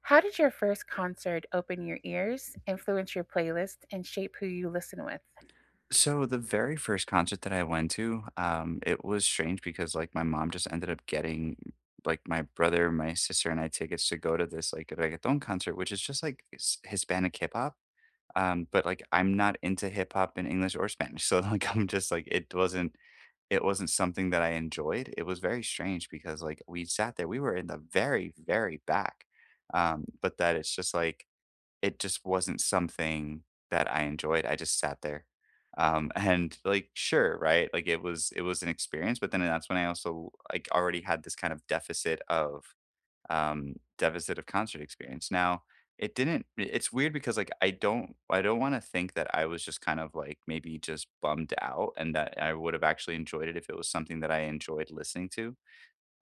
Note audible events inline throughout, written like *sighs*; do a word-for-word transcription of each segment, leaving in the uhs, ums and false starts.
How did your first concert open your ears, influence your playlist, and shape who you listen with? So the very first concert that I went to, um, it was strange because like my mom just ended up getting like my brother, my sister, and I tickets to go to this like reggaeton concert, which is just like s- Hispanic hip hop. Um, but like I'm not into hip hop in English or Spanish, *laughs* so like I'm just like it wasn't it wasn't something that I enjoyed. It was very strange because like we sat there, we were in the very very back, um, but that it's just like it just wasn't something that I enjoyed, I just sat there. Um, *laughs* and, like, sure, right? Like, it was it was an experience, but then that's when I also, like, already had this kind of deficit of, um deficit of concert experience. Now, it didn't it's weird because, like, I don't I don't wanna think that I was just kind of, like, maybe just bummed out and that I would have actually enjoyed it if it was something that I enjoyed listening to.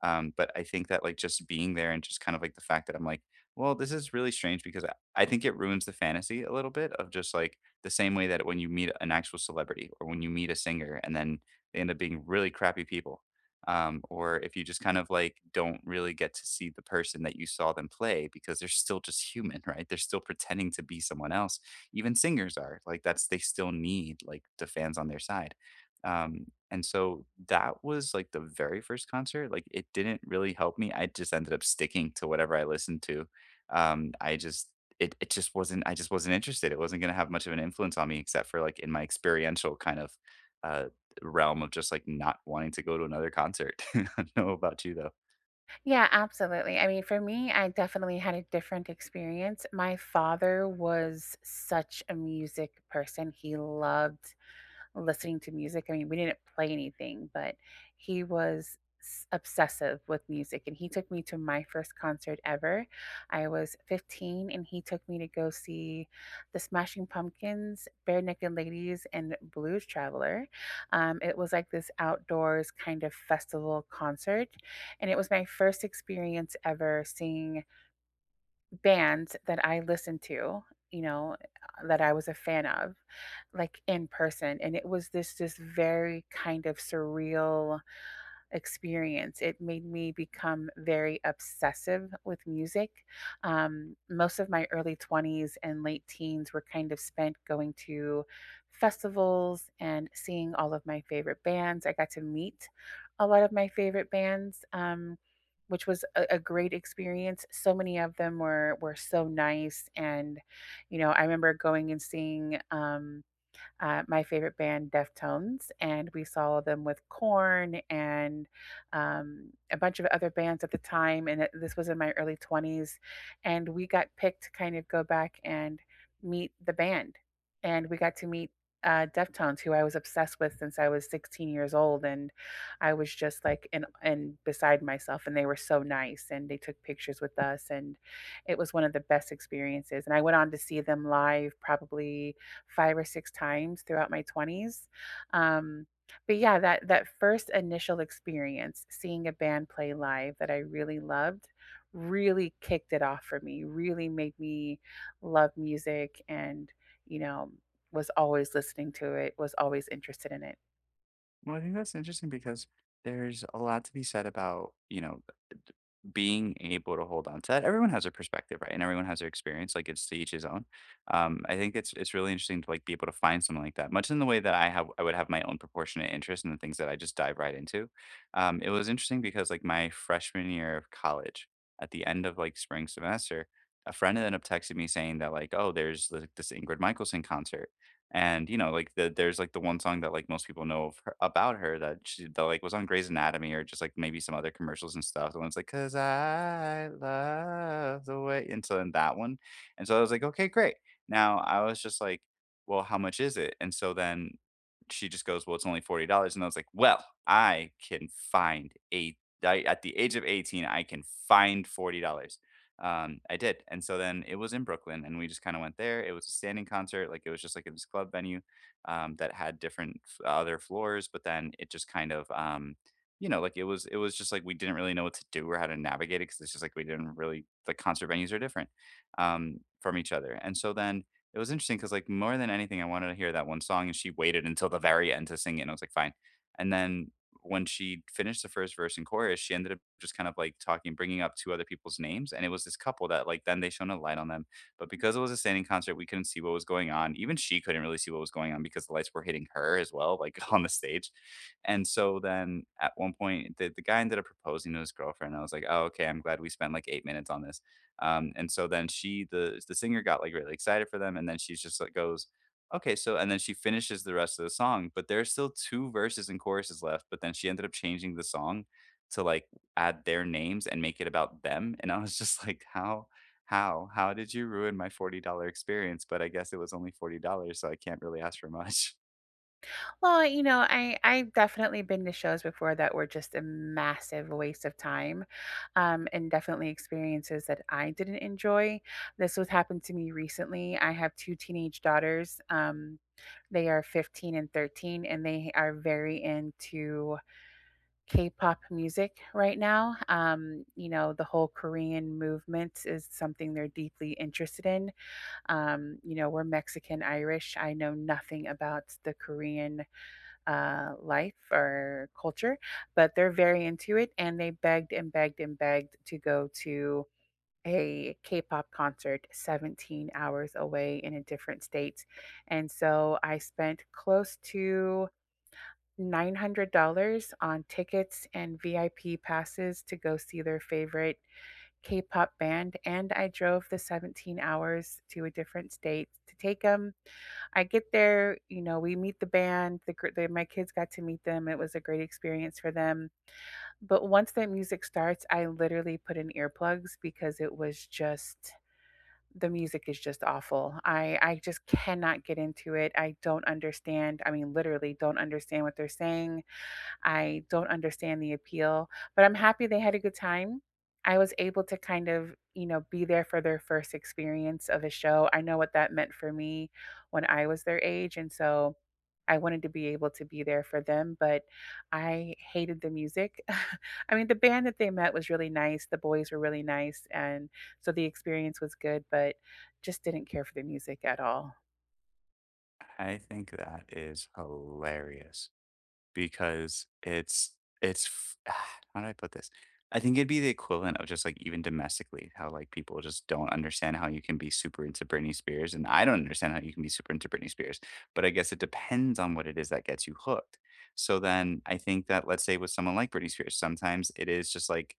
Um, but I think that like just being there and just kind of like the fact that I'm like, well, this is really strange because I, I think it ruins the fantasy a little bit of just like the same way that when you meet an actual celebrity or when you meet a singer and then they end up being really crappy people. Um, or if you just kind of like don't really get to see the person that you saw them play because they're still just human, *laughs* right? They're still pretending to be someone else. Even singers are like that's they still need like the fans on their side. Um, and so that was, like, the very first concert, like, it didn't really help me, I just ended up sticking to whatever I listened to. Um, I just it it just wasn't I just wasn't interested, it wasn't gonna have much of an influence on me except for, like, in my experiential kind of, uh, realm of just, like, not wanting to go to another concert. *laughs* I don't know about you, though. Yeah, absolutely. I mean, for me, I definitely had a different experience. My father was such a music person. He loved listening to music. I mean, we didn't play anything, but he was s- obsessive with music and he took me to my first concert ever. I was fifteen and he took me to go see the Smashing Pumpkins, Bare Naked Ladies, and Blues Traveler. Um, it was like this outdoors kind of festival concert and it was my first experience ever seeing bands that I listened to, you know, that I was a fan of, like, in person, and it was this this very kind of surreal experience. It made me become very obsessive with music. Um, most of my early twenties and late teens were kind of spent going to festivals and seeing all of my favorite bands. I got to meet a lot of my favorite bands. Um, which was a, a great experience. So many of them were were so nice, and you know, I remember going and seeing um, uh, my favorite band, Deftones, and we saw them with Korn and um, a bunch of other bands at the time. And it- this was in my early twenties. And we got picked to kind of go back and meet the band. And we got to meet uh, Deftones, who I was obsessed with since I was sixteen years old. And I was just like in and beside myself. And they were so nice. And they took pictures with us. And it was one of the best experiences. And I went on to see them live probably five or six times throughout my twenties. Um, but yeah, that that first initial experience seeing a band play live that I really loved really kicked it off for me. Really made me love music and, you know, was always listening to it, was always interested in it. Well, I think that's interesting because there's a lot to be said about, you know, being able to hold on to that everyone has a perspective, right? And everyone has their experience, like, it's to each his own. Um, I think it's it's really interesting to, like, be able to find something like that, much in the way that I have I would have my own proportionate interest in the things that I just dive right into. Um, it was interesting because, like, my freshman year of college, at the end of, like, spring semester, a friend ended up texting me saying that, like, "Oh, there's, like, this Ingrid Michaelson concert," and, you know, like, the there's, like, the one song that, like, most people know of her about her that she that, like, was on Grey's Anatomy or just, like, maybe some other commercials and stuff. The one's like, "'Cause I love the way," and so then that one. And so I was like, "Okay, great." Now I was just like, "Well, how much is it?" And so then she just goes, "Well, it's only forty dollars." And I was like, "Well, I can find a I at the age of eighteen, I can find forty dollars." Um, I did, and so then it was in Brooklyn, and we just kinda went there. It was a standing concert, like, it was just, like, in this club venue, um, that had different f other floors, but then it just kind of, um, you know, like, it was it was just, like, we didn't really know what to do or how to navigate it, because it's just, like, we didn't really the concert venues are different, um, from each other, and so then it was interesting, because like, more than anything, I wanted to hear that one song, and she waited until the very end to sing it, and I was like, "Fine." And then when she finished the first verse and chorus, she ended up just kind of like talking, bringing up two other people's names. And it was this couple that, like, then they shone a light on them. But because it was a standing concert, we couldn't see what was going on. Even she couldn't really see what was going on because the lights were hitting her as well, like *laughs* on the stage. And so then at one point, the, the guy ended up proposing to his girlfriend. I was like, oh, okay, I'm glad we spent like eight minutes on this. Um, and so then she, the, the singer got like really excited for them. And then she's just like, goes, okay, so and then she finishes the rest of the song, but there's still two verses and choruses left, but then she ended up changing the song to, like, add their names and make it about them, and I was just like, "How how how did you ruin my forty dollars experience?" But I guess it was only forty dollars so I can't really ask for much. Well, you know, I I've definitely been to shows before that were just a massive waste of time, um, and definitely experiences that I didn't enjoy. This was happened to me recently. I have two teenage daughters. Um, they are fifteen and thirteen, and they are very into K-pop music right now. Um, you know, the whole Korean movement is something they're deeply interested in. Um, you know, we're Mexican Irish. I know nothing about the Korean uh, life or culture, but they're very into it. And they begged and begged and begged to go to a K pop concert seventeen hours away in a different state. And so I spent close to nine hundred dollars on tickets and V I P passes to go see their favorite K pop band. And I drove the seventeen hours to a different state to take them I get there, you know, we meet the band, the, gr- the my kids got to meet them. It was a great experience for them. But once that music starts, I literally put in earplugs because it was just the music is just awful. I I just cannot get into it. I don't understand. I mean, literally don't understand what they're saying. I don't understand the appeal, but I'm happy they had a good time. I was able to kind of, you know, be there for their first experience of a show. I know what that meant for me when I was their age. And so I wanted to be able to be there for them, but I hated the music. *laughs* I mean, the band that they met was really nice. The boys were really nice. And so the experience was good, but just didn't care for the music at all. *laughs* I think that is hilarious. Because it's it's f *sighs* how do I put this? I think it'd be the equivalent of just, like, even domestically, how, like, people just don't understand how you can be super into Britney Spears, and I don't understand how you can be super into Britney Spears, but I guess it depends on what it is that gets you hooked. So then I think that, let's say with someone like Britney Spears, sometimes it is just, like,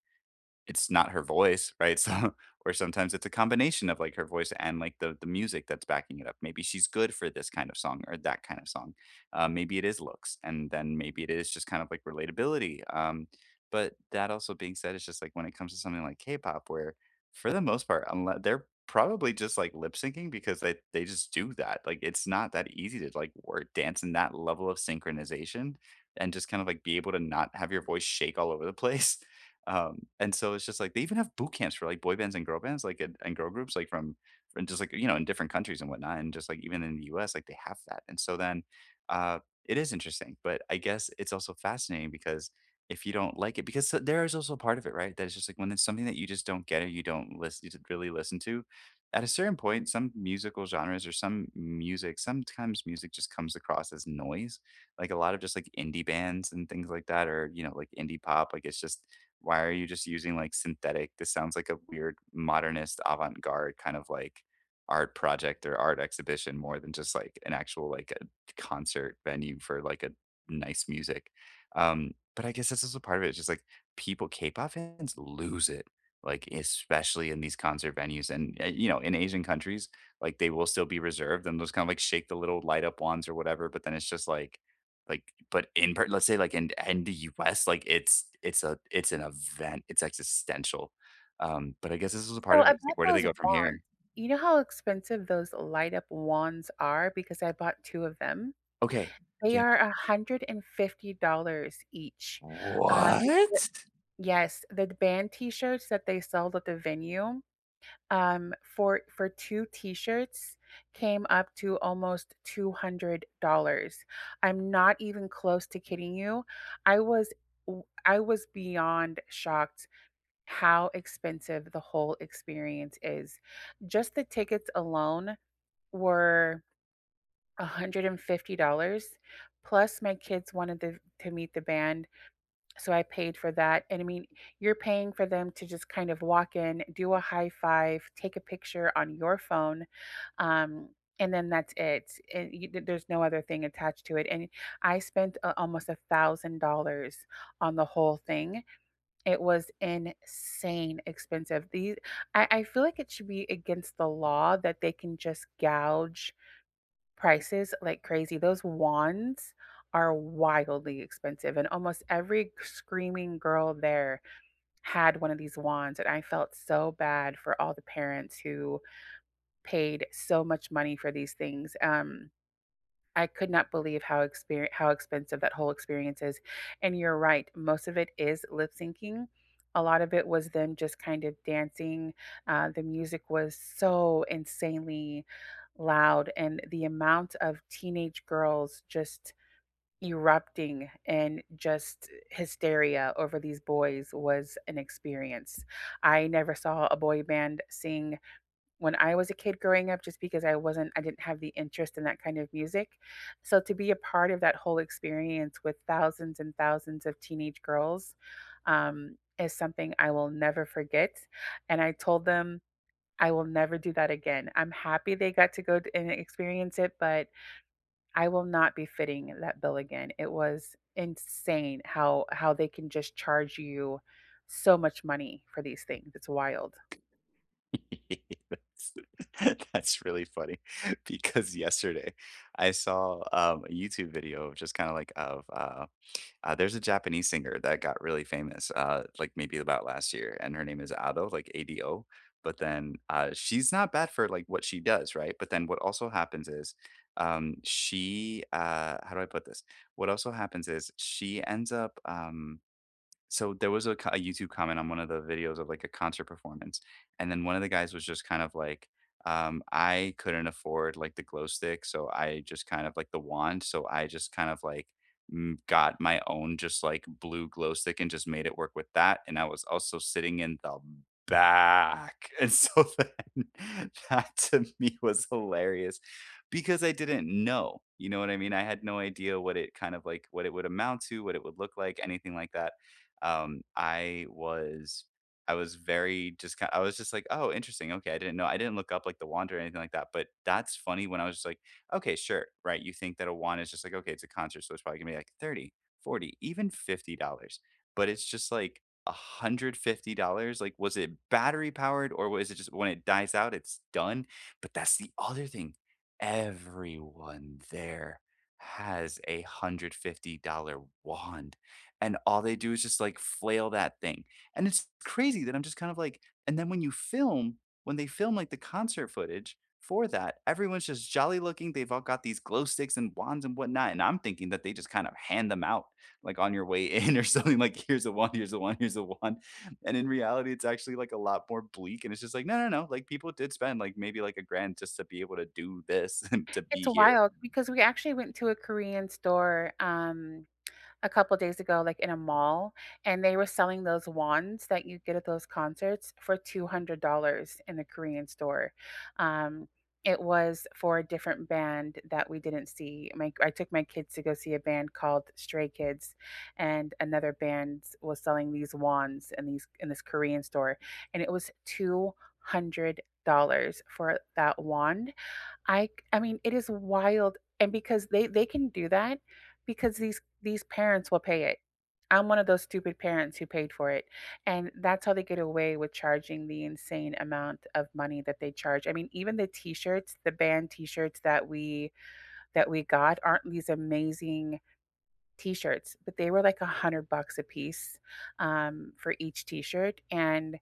it's not her voice, right? So *laughs* or sometimes it's a combination of, like, her voice and, like, the the music that's backing it up. Maybe she's good for this kind of song or that kind of song. Uh, maybe it is looks, and then maybe it is just kind of, like, relatability, um, but that also being said, it's just, like, when it comes to something like K-pop where, for the most part, unle they're probably just, like, lip syncing because they they just do that. Like, it's not that easy to, like, work dance in that level of synchronization and just kind of, like, be able to not have your voice shake all over the *laughs* place. Um, and so it's just like they even have boot camps for like boy bands and girl bands, like and, and girl groups, like from, from just like you know in different countries and whatnot, and just like even in the U S, like they have that. And so then uh, it is interesting, but I guess it's also fascinating because if you don't like it, because so- there is also a part of it, right? That it's just like when it's something that you just don't get or you don't listen, you really listen to. At a certain point, some musical genres or some music, sometimes music just comes across as noise like a lot of just like indie bands and things like that or you know like indie pop like it's just why are you just using like synthetic? This sounds like a weird modernist avant-garde kind of like art project or art exhibition more than just like an actual like a concert venue for like a nice music. Um, but I guess this is a part of it. It's just like people, K-pop fans lose it, like especially in these concert venues. And uh, you know, in Asian countries, like they will still be reserved and just kind of like shake the little light up wands or whatever. But then it's just like like, but in per let's say, like, in in the U S, like, it's it's a it's an event, it's existential. Um, but I guess this is a part So of it, it's like, about where do they those go from wands, here? you know how expensive those light up wands are because I bought two of them? Okay, They yeah. are one hundred fifty dollars each. Uh, the the What? Yes, the band t-shirts that they sold at the venue, um, for for two t-shirts came up to almost two hundred dollars. I'm not even close to kidding you. I was w I was beyond shocked how expensive the whole experience is. Just the tickets alone were one hundred fifty dollars, plus my kids wanted to, to meet the band, so I paid for that. And I mean, you're paying for them to just kind of walk in, do a high five, take a picture on your phone, um, and then that's it. And you, th- there's no other thing attached to it. And I spent uh, almost a thousand dollars on the whole thing. It was insane expensive. These I I feel like it should be against the law that they can just gouge prices like crazy. Those wands are wildly expensive, and almost every screaming girl there had one of these wands, and I felt so bad for all the parents who paid so much money for these things. Um I could not believe how exper how expensive that whole experience is, and you're right, most of it is lip syncing. A lot of it was them just kind of dancing. Uh, the music was so insanely loud, and the amount of teenage girls just erupting and just hysteria over these boys was an experience. I never saw a boy band sing when I was a kid growing up just because I wasn't I didn't have the interest in that kind of music. So to be a part of that whole experience with thousands and thousands of teenage girls um, is something I will never forget. And I told them I will never do that again. I'm happy they got to go and experience it, but I will not be fitting that bill again. It was insane how how they can just charge you so much money for these things. It's wild. *laughs* That's *laughs* that's really funny *laughs* because yesterday I saw, um, a YouTube video of just kinda like of, uh Uh, there's a Japanese singer that got really famous, uh, like maybe about last year, and her name is Ado, like A D O. But then uh, she's not bad for like what she does, right? But then what also happens is um, she, uh, how do I put this? What also happens is she ends up um, so there was a, co- a YouTube comment on one of the videos of like a concert performance, and then one of the guys was just kind of like, um, "I couldn't afford like the glow stick, so I just kind of like the wand, so I just kind of like mm, got my own just like blue glow stick and just made it work with that." And I was also sitting in the back, *laughs* and so then *laughs* that to me was hilarious because I didn't know. You know what I mean? I had no idea what it kind of like, what it would amount to, what it would look like, anything like that, um, I was I was very just kind I was just like, "Oh, interesting. Okay, I didn't know." I didn't look up like the wand or anything like that, but that's funny when I was just like, "Okay, sure." Right? You think that a wand is just like, "Okay, it's a concert, so it's probably gonna be like thirty, forty, even fifty dollars." But it's just like one hundred fifty dollars. Like, was it battery powered or was it just when it dies out, it's done? But that's the other thing. Everyone there has a one hundred fifty dollars wand and all they do is just, like, flail that thing, and it's crazy that I'm just kind of like and then when you film when they film, like, the concert footage for that, everyone's just jolly looking, they've all got these glow sticks and wands and whatnot, and I'm thinking that they just kind of hand them out, like, on your way *laughs* in or something, like, "Here's a wand, here's a wand, here's a wand," and in reality, it's actually, like, a lot more bleak, and it's just like, "No, no, no," like, people did spend, like, maybe, like, a grand just to be able to do this *laughs* and to It's be here. wild because we actually went to a Korean store, um, a couple days ago, like, in a mall, and they were selling those wands that you get at those concerts for two hundred dollars in the Korean store. Um, it was for a different band that we didn't see. My I took my kids to go see a band called Stray Kids, and another band was selling these wands in these in this Korean store, and it was two hundred dollars for that wand. I I mean, it is wild, and because they they can do that because these these parents will pay it. I'm one of those stupid parents who paid for it, and that's how they get away with charging the insane amount of money that they charge. I mean, even the t-shirts, the band t-shirts that we that we got aren't these amazing t-shirts, but they were like a hundred bucks a piece um, for each t-shirt, and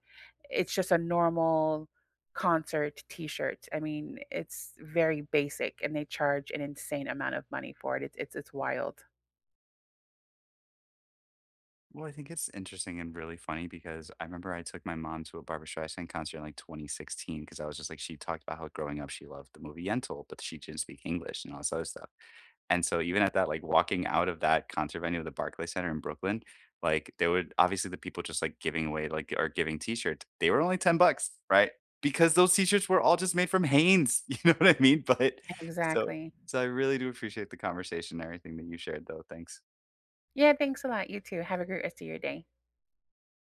it's just a normal concert t-shirt. I mean, it's very basic, and they charge an insane amount of money for it. It's it's it's wild. Well, I think it's interesting and really funny because I remember I took my mom to a Barbra Streisand concert in like twenty sixteen because I was just like, she talked about how growing up she loved the movie Yentl, but she didn't speak English and all this other stuff. And so even at that, like walking out of that concert venue of the Barclay Center in Brooklyn, like there would obviously the people just like giving away like or giving t-shirts, they were only ten bucks, right? Because those t-shirts were all just made from Hanes. *laughs* You know what I mean? But so Exactly. so I really do appreciate the conversation and everything that you shared though. Thanks. Yeah. Thanks a lot. You too. Have a great rest of your day.